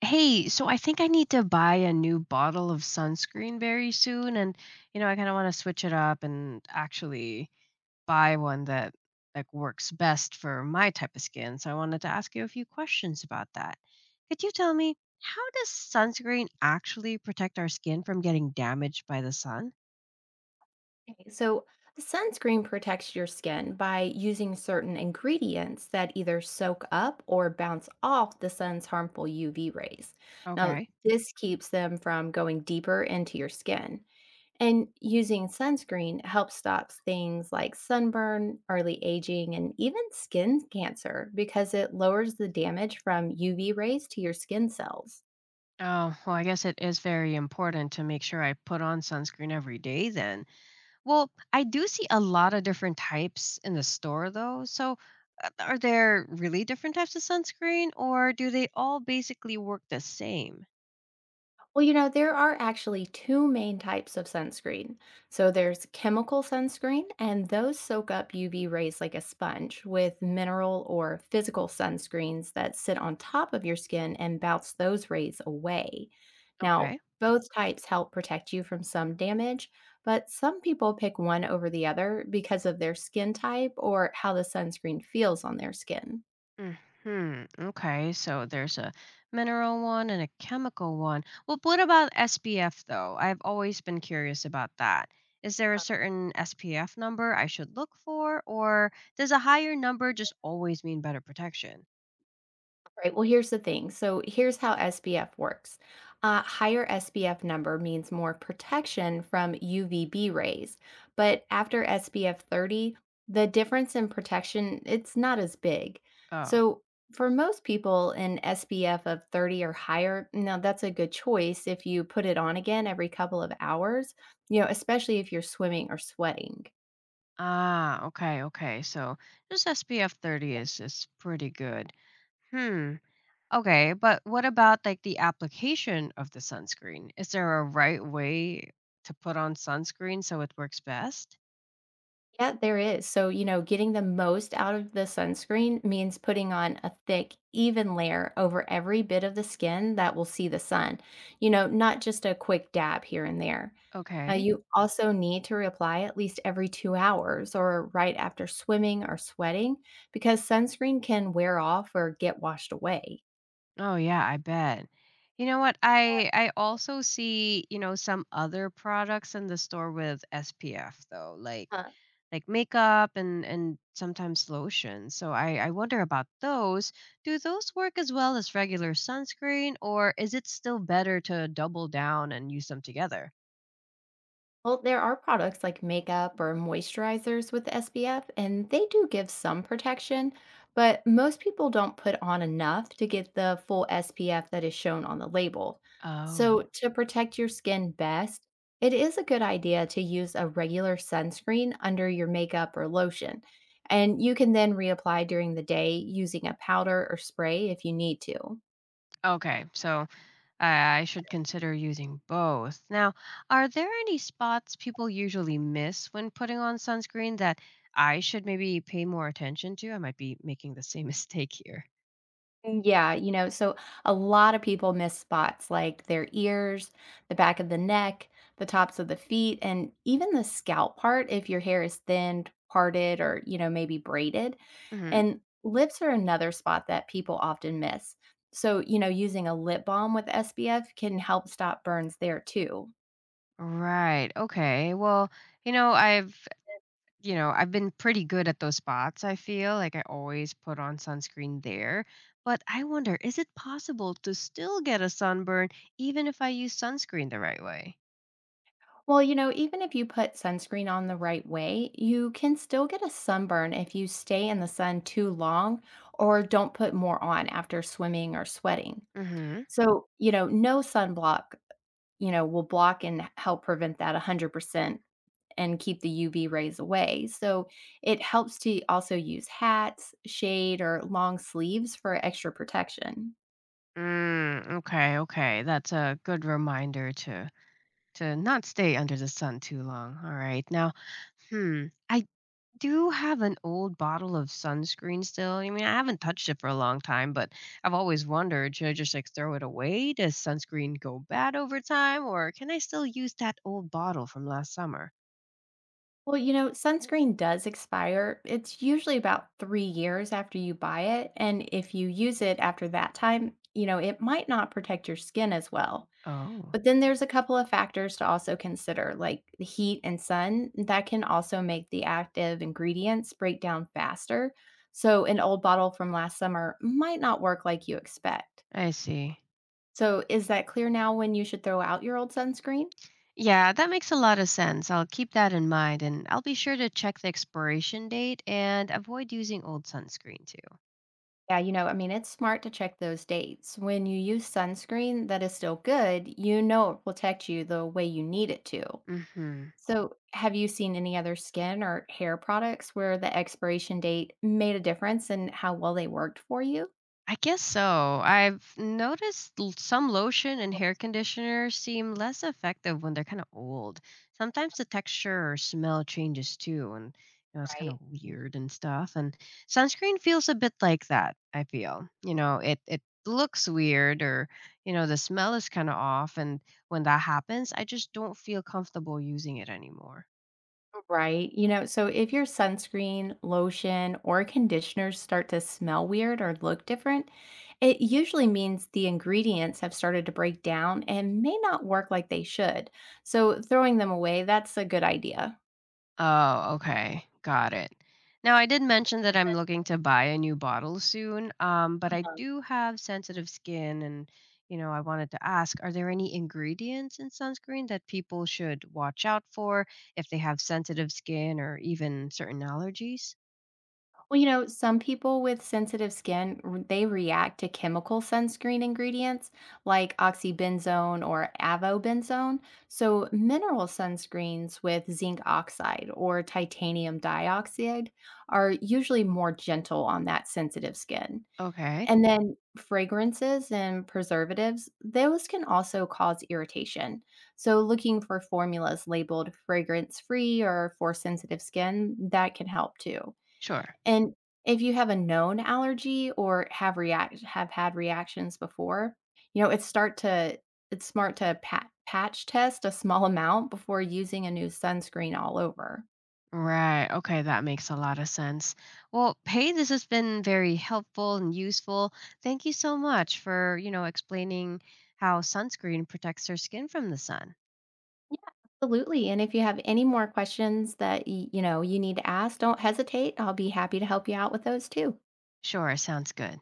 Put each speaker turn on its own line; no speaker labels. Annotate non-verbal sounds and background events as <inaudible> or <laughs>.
Hey, so I think I need to buy a new bottle of sunscreen very soon and you know, I kind of want to switch it up and actually buy one that like works best for my type of skin. So I wanted to ask you a few questions about that. Could you tell me how does sunscreen actually protect our skin from getting damaged by the sun?
Okay. So, sunscreen protects your skin by using certain ingredients that either soak up or bounce off the sun's harmful UV rays. Now,
Okay.
this keeps them from going deeper into your skin. And using sunscreen helps stop things like sunburn, early aging, and even skin cancer because it lowers the damage from UV rays to your skin cells.
Oh, well, I guess it is very important to make sure I put on sunscreen every day then. Well, I do see a lot of different types in the store though. So, are there really different types of sunscreen or do they all basically work the same?
Well, there are actually two main types of sunscreen. So there's chemical sunscreen, and those soak up UV rays like a sponge, with mineral or physical sunscreens that sit on top of your skin and bounce those rays away. Now,
Okay.
both types help protect you from some damage, but some people pick one over the other because of their skin type or how the sunscreen feels on their skin.
Hmm. Okay. So there's a mineral one and a chemical one. Well, what about SPF though? I've always been curious about that. Is there a certain SPF number I should look for, or does a higher number just always mean better protection?
Right. Well, here's the thing. So, here's how SPF works. A higher SPF number means more protection from UVB rays, but after SPF 30, the difference in protection it's not as big.
Oh.
So, for most people, an SPF of 30 or higher, now that's a good choice if you put it on again every couple of hours, especially if you're swimming or sweating.
Ah. Okay. Okay. So just SPF 30 is pretty good. Hmm. Okay, but what about like the application of the sunscreen? Is there a right way to put on sunscreen so it works best?
Yeah, there is. So, getting the most out of the sunscreen means putting on a thick, even layer over every bit of the skin that will see the sun, not just a quick dab here and there. Now,
Okay.
you also need to reapply at least every 2 hours or right after swimming or sweating because sunscreen can wear off or get washed away.
Oh yeah, I bet. You know what? I also see, you know, some other products in the store with SPF though, like makeup and sometimes lotion. So I wonder about those. Do those work as well as regular sunscreen or is it still better to double down and use them together?
Well, there are products like makeup or moisturizers with SPF, and they do give some protection, but most people don't put on enough to get the full SPF that is shown on the label. So, Oh,
Oh.
to protect your skin best, it is a good idea to use a regular sunscreen under your makeup or lotion. And you can then reapply during the day using a powder or spray if you need to.
Okay. So I should consider using both. Now, are there any spots people usually miss when putting on sunscreen that I should maybe pay more attention to? I might be making the same <laughs> mistake here.
Yeah, so a lot of people miss spots like their ears, the back of the neck, the tops of the feet, and even the scalp part if your hair is thinned, parted, or, maybe braided.
Hmm.
And lips are another spot that people often miss. So, using a lip balm with SPF can help stop burns there too.
Right. Okay. Well, you know, I've, you know, I've been pretty good at those spots. I feel like I always put on sunscreen there. But I wonder, is it possible to still get a sunburn even if I use sunscreen the right way?
Well, even if you put sunscreen on the right way, you can still get a sunburn if you stay in the sun too long or don't put more on after swimming or sweating.
Hmm.
So, no sunblock, will block and help prevent that 100% and keep the UV rays away. So, it helps to also use hats, shade, or long sleeves for extra protection.
Mm, okay, okay. That's a good reminder to not stay under the sun too long. All right. Now, hmm, I do have an old bottle of sunscreen still. I mean, I haven't touched it for a long time, but I've always wondered, should I just like throw it away? Does sunscreen go bad over time, or can I still use that old bottle from last summer?
Well, sunscreen does expire. It's usually about 3 years after you buy it. And if you use it after that time, it might not protect your skin as well.
Oh,
But then there's a couple of factors to also consider, like the heat and sun, that can also make the active ingredients break down faster. So an old bottle from last summer might not work like you expect.
I see.
So is that clear now when you should throw out your old sunscreen?
Yeah, that makes a lot of sense. I'll keep that in mind and I'll be sure to check the expiration date and avoid using old sunscreen too.
Yeah, I mean, it's smart to check those dates. When you use sunscreen that is still good, you know it will protect you the way you need it to.
Hmm.
So, have you seen any other skin or hair products where the expiration date made a difference in how well they worked for you?
I guess so. I've noticed some lotion and
Oh.
hair conditioner seem less effective when they're kind of old. Sometimes the texture or smell changes too, and you know it's kind of
Right.
weird and stuff. And sunscreen feels a bit like that. I feel you know it looks weird or you know the smell is kind of off, and when that happens, I just don't feel comfortable using it anymore.
Right. So if your sunscreen, lotion, or conditioners start to smell weird or look different, it usually means the ingredients have started to break down and may not work like they should. So throwing them away, that's a good idea.
Oh, okay. Got it. Now, I did mention that I'm looking to buy a new bottle soon, but I
Uh-huh.
do have sensitive skin and, you know, I wanted to ask, are there any ingredients in sunscreen that people should watch out for if they have sensitive skin or even certain allergies?
Well, some people with sensitive skin, they react to chemical sunscreen ingredients like oxybenzone or avobenzone. So, mineral sunscreens with zinc oxide or titanium dioxide are usually more gentle on that sensitive skin.
Okay.
And then fragrances and preservatives, those can also cause irritation. So, looking for formulas labeled fragrance free or for sensitive skin, that can help too.
Sure.
And if you have a known allergy or have had reactions before, you know, it's start to it's smart to patch test a small <laughs> amount before using a new sunscreen all over.
Right. Okay, that makes a lot of sense. Well, hey, this has been very helpful and useful. Thank you so much for, you know, explaining how sunscreen protects our skin from the sun.
Yeah, absolutely. And if you have any more questions that you know you need to ask, don't hesitate. I'll be happy to help you out with those too.
Sure, sounds good.